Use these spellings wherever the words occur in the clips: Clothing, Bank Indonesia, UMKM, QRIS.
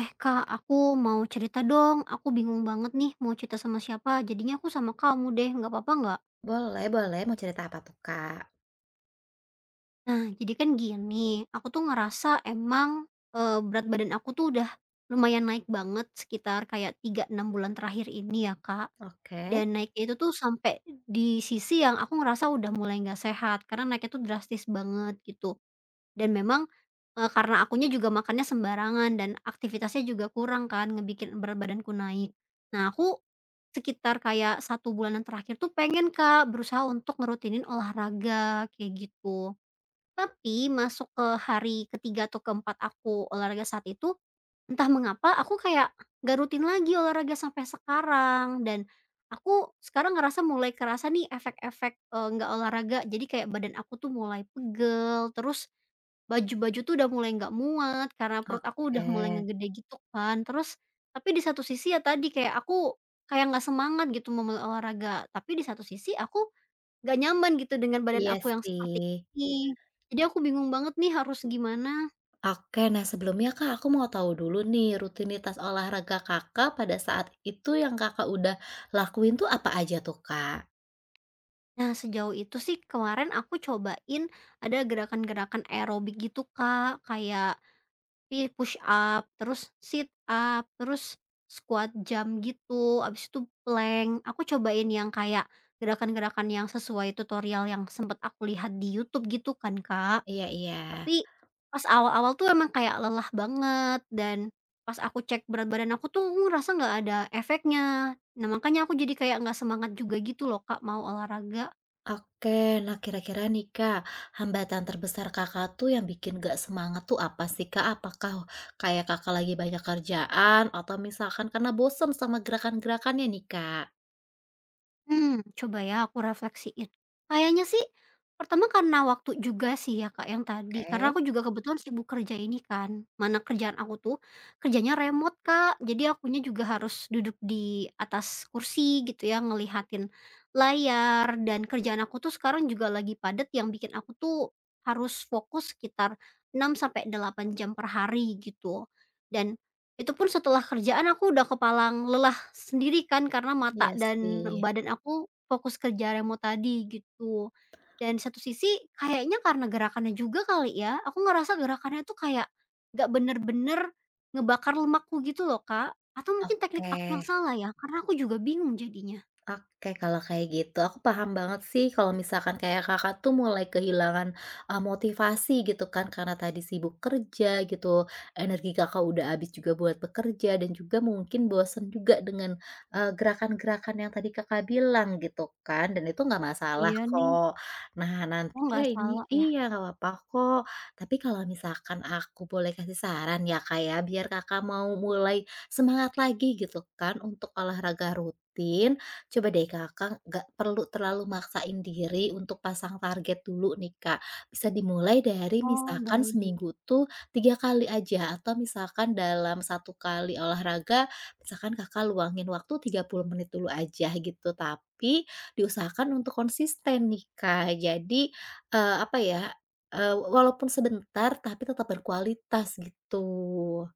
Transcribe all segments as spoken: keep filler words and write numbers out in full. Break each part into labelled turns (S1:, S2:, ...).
S1: Eh Kak, aku mau cerita dong. Aku bingung banget nih mau cerita sama siapa. Jadinya aku sama kamu deh, nggak apa-apa nggak?
S2: Boleh boleh, mau cerita apa tuh, Kak?
S1: Nah, jadi kan gini, aku tuh ngerasa emang eh, berat badan aku tuh udah lumayan naik banget sekitar kayak tiga enam bulan terakhir ini ya Kak.
S2: Oke
S1: Dan naiknya itu tuh sampai di sisi yang aku ngerasa udah mulai nggak sehat karena naiknya tuh drastis banget gitu. Dan memang, eee, karena akunya juga makannya sembarangan dan aktivitasnya juga kurang kan ngebikin berat badanku naik. Nah aku sekitar kayak satu bulanan terakhir tuh pengen Kak berusaha untuk ngerutinin olahraga kayak gitu. Tapi masuk ke hari ketiga atau keempat aku olahraga saat itu, entah mengapa aku kayak nggak rutin lagi olahraga sampai sekarang. Dan aku sekarang ngerasa mulai kerasa nih efek-efek, eee, nggak olahraga. Jadi kayak badan aku tuh mulai pegel, terus baju-baju tuh udah mulai nggak muat karena perut aku
S2: oke.
S1: udah mulai ngegede gitu kan. Terus tapi di satu sisi ya tadi kayak aku kayak nggak semangat gitu memulai olahraga, tapi di satu sisi aku nggak nyaman gitu dengan badan
S2: Iya
S1: aku yang
S2: sih.
S1: seperti ini. Jadi aku bingung banget nih harus gimana.
S2: Oke, nah sebelumnya, Kak, aku mau tahu dulu nih rutinitas olahraga Kakak pada saat itu yang Kakak udah lakuin tuh apa aja tuh, Kak?
S1: Nah, sejauh itu sih kemarin aku cobain ada gerakan-gerakan aerobik gitu, Kak, kayak pi push up, terus sit up, terus squat jump gitu, abis itu plank. Aku cobain yang kayak gerakan-gerakan yang sesuai tutorial yang sempet aku lihat di YouTube gitu kan, Kak.
S2: Iya iya.
S1: Tapi pas awal-awal tuh emang kayak lelah banget, dan pas aku cek berat badan aku tuh ngerasa nggak ada efeknya. Nah, makanya aku jadi kayak nggak semangat juga gitu loh, Kak, mau olahraga.
S2: Oke, nah kira-kira nih, Kak, hambatan terbesar Kakak tuh yang bikin gak semangat tuh apa sih, Kak? Apakah kayak Kakak lagi banyak kerjaan atau misalkan karena bosen sama gerakan-gerakannya nih, Kak?
S1: Hmm, coba ya aku refleksiin. Kayaknya sih, pertama karena waktu juga sih ya Kak yang tadi, karena
S2: Oke,
S1: aku juga kebetulan sibuk kerja ini kan, mana kerjaan aku tuh kerjanya remote Kak, jadi akunya juga harus duduk di atas kursi gitu ya, ngelihatin layar, dan kerjaan aku tuh sekarang juga lagi padat yang bikin aku tuh harus fokus sekitar enam sampai delapan jam per hari gitu. Dan itu pun setelah kerjaan aku udah kepalang lelah sendiri kan karena
S2: iya
S1: mata
S2: sih.
S1: dan badan aku fokus kerja remote tadi gitu. Dan di satu sisi kayaknya karena gerakannya juga kali ya, aku ngerasa gerakannya tuh kayak nggak bener-bener ngebakar lemakku gitu loh, Kak. Atau mungkin teknik
S2: Oke,
S1: aku yang salah ya? Karena aku juga bingung jadinya.
S2: oke, kalau kayak gitu, aku paham banget sih kalau misalkan kayak Kakak tuh mulai kehilangan, eee, motivasi gitu kan karena tadi sibuk kerja gitu, energi Kakak udah habis juga buat bekerja dan juga mungkin bosen juga dengan, eee, gerakan-gerakan yang tadi Kakak bilang gitu kan, dan itu nggak masalah
S1: Iya nih.
S2: kok. Nah,
S1: Oh
S2: nantinya
S1: nggak
S2: ini
S1: salah ya?
S2: iya, nggak apa-apa kok. Tapi kalau misalkan aku boleh kasih saran ya, Kak, ya, biar Kakak mau mulai semangat lagi gitu kan untuk olahraga rutin, coba deh Kakak nggak perlu terlalu maksain diri untuk pasang target dulu nih Kak. Bisa dimulai dari
S1: Oh
S2: misalkan
S1: baik.
S2: seminggu tuh tiga kali aja atau misalkan dalam satu kali olahraga, misalkan Kakak luangin waktu tiga puluh menit dulu aja gitu. Tapi diusahakan untuk konsisten nih Kak. Jadi, eee, apa ya, eee, walaupun sebentar tapi tetap berkualitas gitu.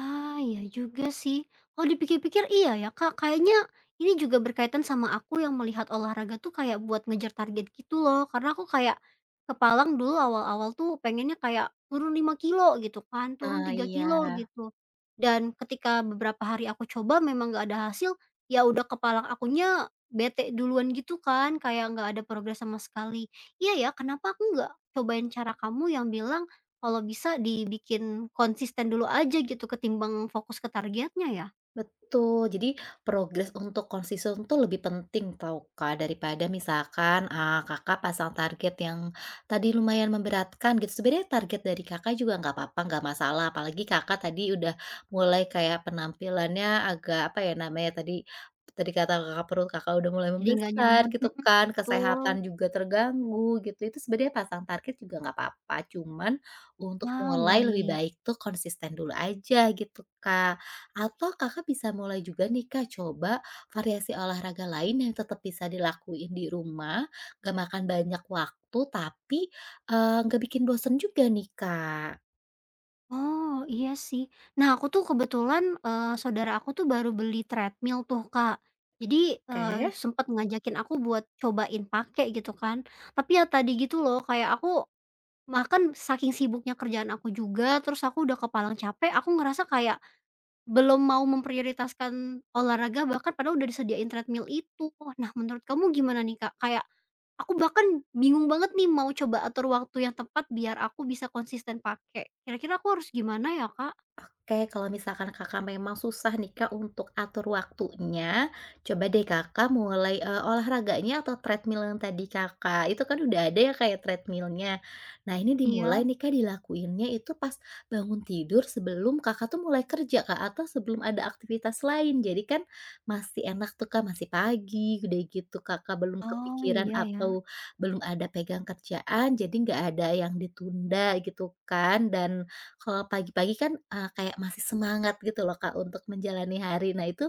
S1: Ah, iya juga sih. Kalau dipikir-pikir iya ya Kak, kayaknya ini juga berkaitan sama aku yang melihat olahraga tuh kayak buat ngejar target gitu loh. Karena aku kayak kepalang dulu awal-awal tuh pengennya kayak turun lima kilo gitu kan, turun
S2: Nah,
S1: tiga kilo
S2: iya.
S1: gitu. Dan ketika beberapa hari aku coba memang nggak ada hasil, ya udah kepalang akunya bete duluan gitu kan, kayak nggak ada progres sama sekali. Iya ya, kenapa aku nggak cobain cara kamu yang bilang kalau bisa dibikin konsisten dulu aja gitu ketimbang fokus ke targetnya ya?
S2: Betul, jadi progres untuk konsisten tuh lebih penting tau Kak, daripada misalkan, ah Kakak pasang target yang tadi lumayan memberatkan gitu. Sebenarnya target dari Kakak juga nggak apa-apa, nggak masalah, apalagi Kakak tadi udah mulai kayak penampilannya agak, apa ya namanya tadi tadi kata Kakak perut Kakak udah mulai
S1: Jadi nggak
S2: membesar
S1: nyaman
S2: gitu
S1: mhm,
S2: kan,
S1: betul.
S2: kesehatan juga terganggu gitu, itu sebenarnya pasang target juga nggak apa-apa, cuman untuk
S1: Ah,
S2: mulai lebih
S1: baik.
S2: baik tuh konsisten dulu aja gitu Kak. Atau Kakak bisa mulai juga nih Kak, coba variasi olahraga lain yang tetap bisa dilakuin di rumah, gak makan banyak waktu, tapi, eee, nggak bikin bosen juga nih Kak.
S1: Oh, iya sih. Nah, aku tuh kebetulan, eee, saudara aku tuh baru beli treadmill tuh, Kak. Jadi, eee,
S2: Oke.
S1: sempet ngajakin aku buat cobain pakai gitu kan. Tapi ya tadi gitu loh, kayak aku makan saking sibuknya kerjaan aku juga, terus aku udah kepalang capek, aku ngerasa kayak belum mau memprioritaskan olahraga bahkan padahal udah disediain treadmill itu. Oh, nah menurut kamu gimana nih, Kak? Kayak aku bahkan bingung banget nih mau coba atur waktu yang tepat biar aku bisa konsisten pakai. Kira-kira aku harus gimana ya, Kak?
S2: Oke, kalau misalkan Kakak memang susah nih Kak untuk atur waktunya, coba deh Kakak mulai, eee, olahraganya atau treadmill yang tadi Kakak itu kan udah ada ya kayak treadmillnya. Nah ini dimulai
S1: Iya.
S2: nih Kak dilakuinnya itu pas bangun tidur sebelum Kakak tuh mulai kerja Kak, atau sebelum ada aktivitas lain. Jadi kan masih enak tuh Kak, masih pagi udah gitu Kakak belum
S1: Oh
S2: kepikiran
S1: iya
S2: atau
S1: ya.
S2: belum ada pegang kerjaan, jadi nggak ada yang ditunda gitu kan dan kalau pagi-pagi kan, eee, kayak masih semangat gitu loh, Kak, untuk menjalani hari. Nah, itu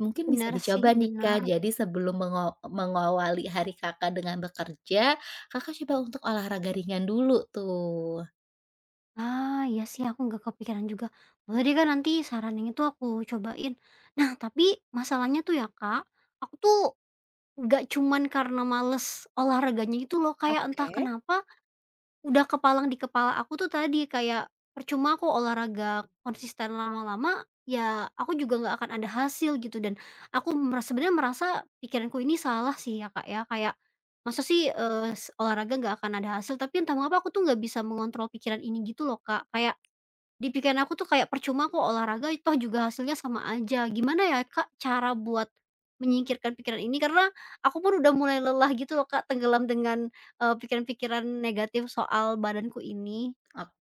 S2: mungkin bisa
S1: Benar sih,
S2: dicoba nih,
S1: benar.
S2: Kak. Jadi sebelum mengo mengawali hari Kakak dengan bekerja, Kakak coba untuk olahraga ringan dulu tuh.
S1: Ah, iya sih aku nggak kepikiran juga. Boleh deh, Kak, nanti saran yang itu aku cobain. Nah tapi masalahnya tuh ya, Kak, aku tuh nggak cuman karena males olahraganya gitu loh, kayak entah
S2: Oke.
S1: kenapa udah kepalang di kepala aku tuh tadi, kayak percuma aku olahraga konsisten lama-lama, ya aku juga nggak akan ada hasil gitu. Dan aku mera sebenarnya merasa pikiranku ini salah sih ya, Kak, ya. Kayak masa sih, eee, s olahraga nggak akan ada hasil, tapi entah mengapa aku tuh nggak bisa mengontrol pikiran ini gitu loh, Kak. Kayak di pikiran aku tuh kayak percuma kok olahraga, toh juga hasilnya sama aja. Gimana ya Kak, cara buat menyingkirkan pikiran ini? Karena aku pun udah mulai lelah gitu loh Kak, tenggelam dengan, eee, pikiran-pikiran negatif soal badanku ini.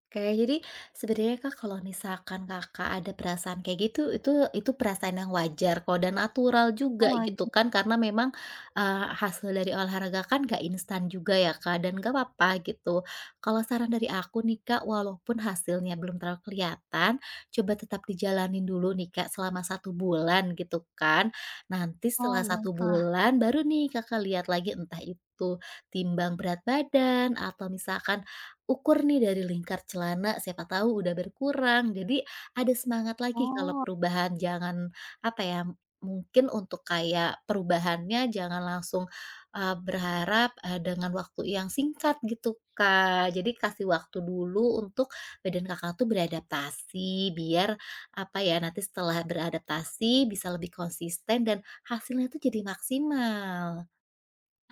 S2: Oke, jadi sebenarnya Kak, kalau misalkan Kakak ada perasaan kayak gitu, itu itu perasaan yang wajar kok dan natural
S1: Oh
S2: juga gitu
S1: wajar.
S2: kan, karena memang, eee, hasil dari olahraga kan nggak instan juga ya Kak, dan nggak apa-apa gitu. Kalau saran dari aku nih Kak, walaupun hasilnya belum terlalu kelihatan, coba tetap dijalanin dulu nih Kak, selama satu bulan gitu kan. Nanti
S1: Oh
S2: setelah satu
S1: baiklah.
S2: bulan, baru nih Kakak lihat lagi entah itu timbang berat badan atau misalkan ukur nih dari lingkar celana, siapa tahu udah berkurang. Jadi ada semangat lagi kalau
S1: Oh.
S2: perubahan, jangan apa ya, mungkin untuk kayak perubahannya jangan langsung, eee, berharap, eee, dengan waktu yang singkat gitu, Kak. Jadi kasih waktu dulu untuk badan Kakak tuh beradaptasi, biar apa ya, nanti setelah beradaptasi bisa lebih konsisten dan hasilnya tuh jadi maksimal.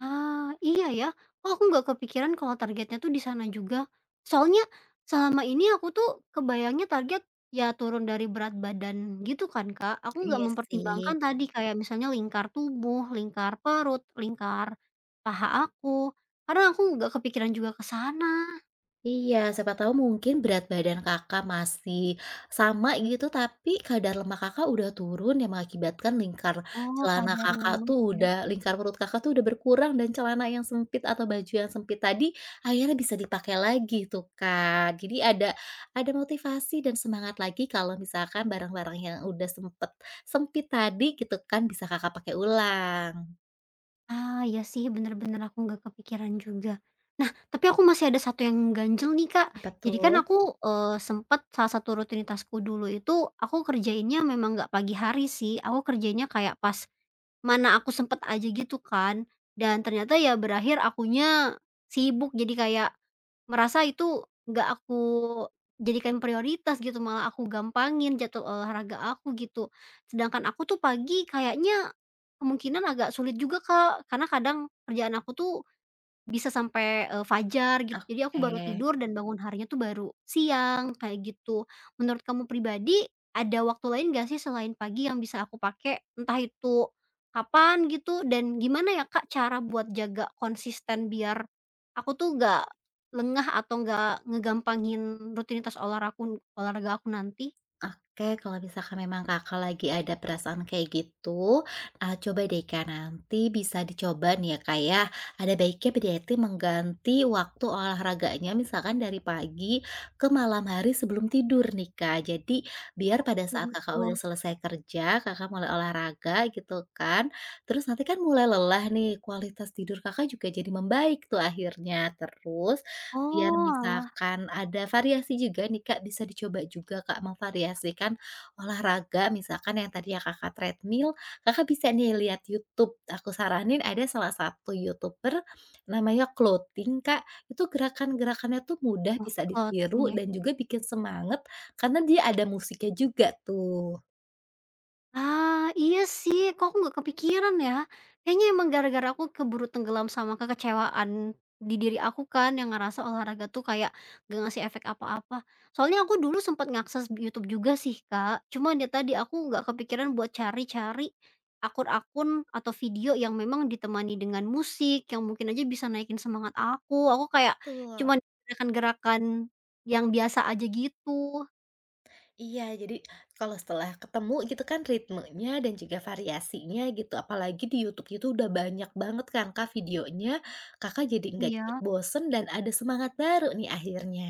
S1: Ah, iya ya. Oh, aku nggak kepikiran kalau targetnya tuh di sana juga. Soalnya selama ini aku tuh kebayangnya target ya turun dari berat badan gitu kan, Kak. Aku nggak
S2: Iya sih.
S1: mempertimbangkan tadi kayak misalnya lingkar tubuh, lingkar perut, lingkar paha aku. Karena aku nggak kepikiran juga ke sana.
S2: Iya, siapa tahu mungkin berat badan Kakak masih sama gitu, tapi kadar lemak Kakak udah turun yang mengakibatkan lingkar
S1: Oh,
S2: celana
S1: kadar
S2: Kakak
S1: lemak
S2: tuh
S1: ya.
S2: udah lingkar perut Kakak tuh udah berkurang dan celana yang sempit atau baju yang sempit tadi akhirnya bisa dipakai lagi tuh, Kak. Jadi ada ada motivasi dan semangat lagi kalau misalkan barang-barang yang udah sempet sempit tadi gitu kan bisa Kakak pakai ulang.
S1: Ah, ya sih, bener bener aku nggak kepikiran juga. Nah, tapi aku masih ada satu yang ganjel nih, Kak.
S2: Apa
S1: Jadi
S2: tuh?
S1: kan aku, eee, sempet salah satu rutinitasku dulu itu aku kerjainnya memang nggak pagi hari sih, aku kerjainnya kayak pas mana aku sempet aja gitu kan, dan ternyata ya berakhir akunya sibuk jadi kayak merasa itu nggak aku jadikan prioritas gitu, malah aku gampangin jadwal olahraga aku gitu. Sedangkan aku tuh pagi kayaknya kemungkinan agak sulit juga, Kak, karena kadang kerjaan aku tuh bisa sampai, eee, fajar gitu jadi aku
S2: Oke.
S1: baru tidur dan bangun harinya tuh baru siang kayak gitu. Menurut kamu pribadi ada waktu lain nggak sih selain pagi yang bisa aku pakai entah itu kapan gitu, dan gimana ya Kak cara buat jaga konsisten biar aku tuh nggak lengah atau nggak ngegampangin rutinitas olahrakun olahraga aku nanti?
S2: Oke, kalau misalkan memang Kakak lagi ada perasaan kayak gitu, eee, coba deh Kak nanti bisa dicoba nih ya Kak ya, ada baiknya berarti mengganti waktu olahraganya misalkan dari pagi ke malam hari sebelum tidur nih Kak. Jadi biar pada saat
S1: Gitu.
S2: Kakak udah selesai kerja, Kakak mulai olahraga gitu kan, terus nanti kan mulai lelah nih, kualitas tidur Kakak juga jadi membaik tuh akhirnya. Terus biar
S1: Oh, oalah
S2: misalkan ada variasi juga nih, Kak, bisa dicoba juga, Kak, memvariasikan olahraga misalkan yang tadinya Kakak treadmill, Kakak bisa nih lihat YouTube. Aku saranin ada salah satu YouTuber namanya Clothing, Kak, itu gerakan-gerakannya tuh mudah bisa
S1: clothing
S2: ditiru
S1: ya.
S2: dan juga bikin semangat karena dia ada musiknya juga tuh.
S1: Ah, iya sih, kok aku nggak kepikiran ya? Kayaknya emang gara-gara aku keburu tenggelam sama kekecewaan di diri aku kan, yang ngerasa olahraga tuh kayak gak ngasih efek apa-apa. Soalnya aku dulu sempat ngakses YouTube juga sih, Kak. Cuma dia tadi aku nggak kepikiran buat cari-cari akun-akun atau video yang memang ditemani dengan musik, yang mungkin aja bisa naikin semangat aku. Aku kayak
S2: Betul.
S1: cuma gerakan-gerakan yang biasa aja gitu.
S2: Iya, jadi kalau setelah ketemu gitu kan ritmenya dan juga variasinya gitu, apalagi di YouTube itu udah banyak banget kan Kak videonya, Kakak jadi nggak cepet
S1: Iya.
S2: bosen dan ada semangat baru nih akhirnya.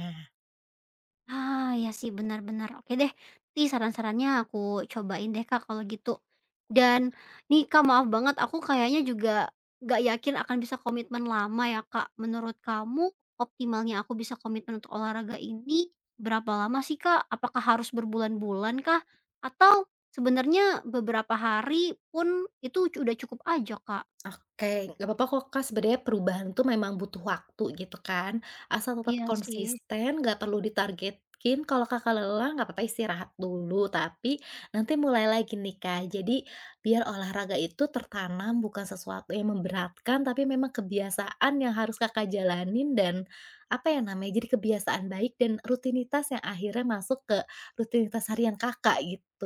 S1: Ah, ya sih benar benar. Oke deh, nanti saran-sarannya aku cobain deh Kak kalau gitu. Dan nih Kak maaf banget aku kayaknya juga gak yakin akan bisa komitmen lama ya Kak. Menurut kamu optimalnya aku bisa komitmen untuk olahraga ini berapa lama sih Kak? Apakah harus berbulan-bulan kah? Atau sebenarnya beberapa hari pun itu udah cukup aja Kak?
S2: Oke, nggak apa-apa kok, Kak, sebenarnya perubahan tuh memang butuh waktu gitu kan, asal tetap
S1: Iya sih.
S2: konsisten, nggak perlu ditargetkin. Kalau Kakak lelah nggak apa-apa istirahat dulu, tapi nanti mulai lagi nih, Kak. Jadi biar olahraga itu tertanam bukan sesuatu yang memberatkan, tapi memang kebiasaan yang harus Kakak jalanin dan apa ya namanya, jadi kebiasaan baik dan rutinitas yang akhirnya masuk ke rutinitas harian Kakak gitu.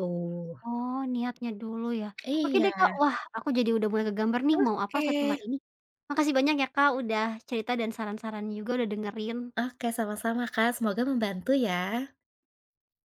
S1: Oh, niatnya dulu ya. Oke
S2: Iya,
S1: deh, Kak, wah aku jadi udah mulai kegambar nih mau apa
S2: oke.
S1: setelah ini. Makasih banyak ya, Kak, udah cerita dan saran-sarannya juga udah dengerin.
S2: Oke, sama-sama Kak, semoga membantu ya.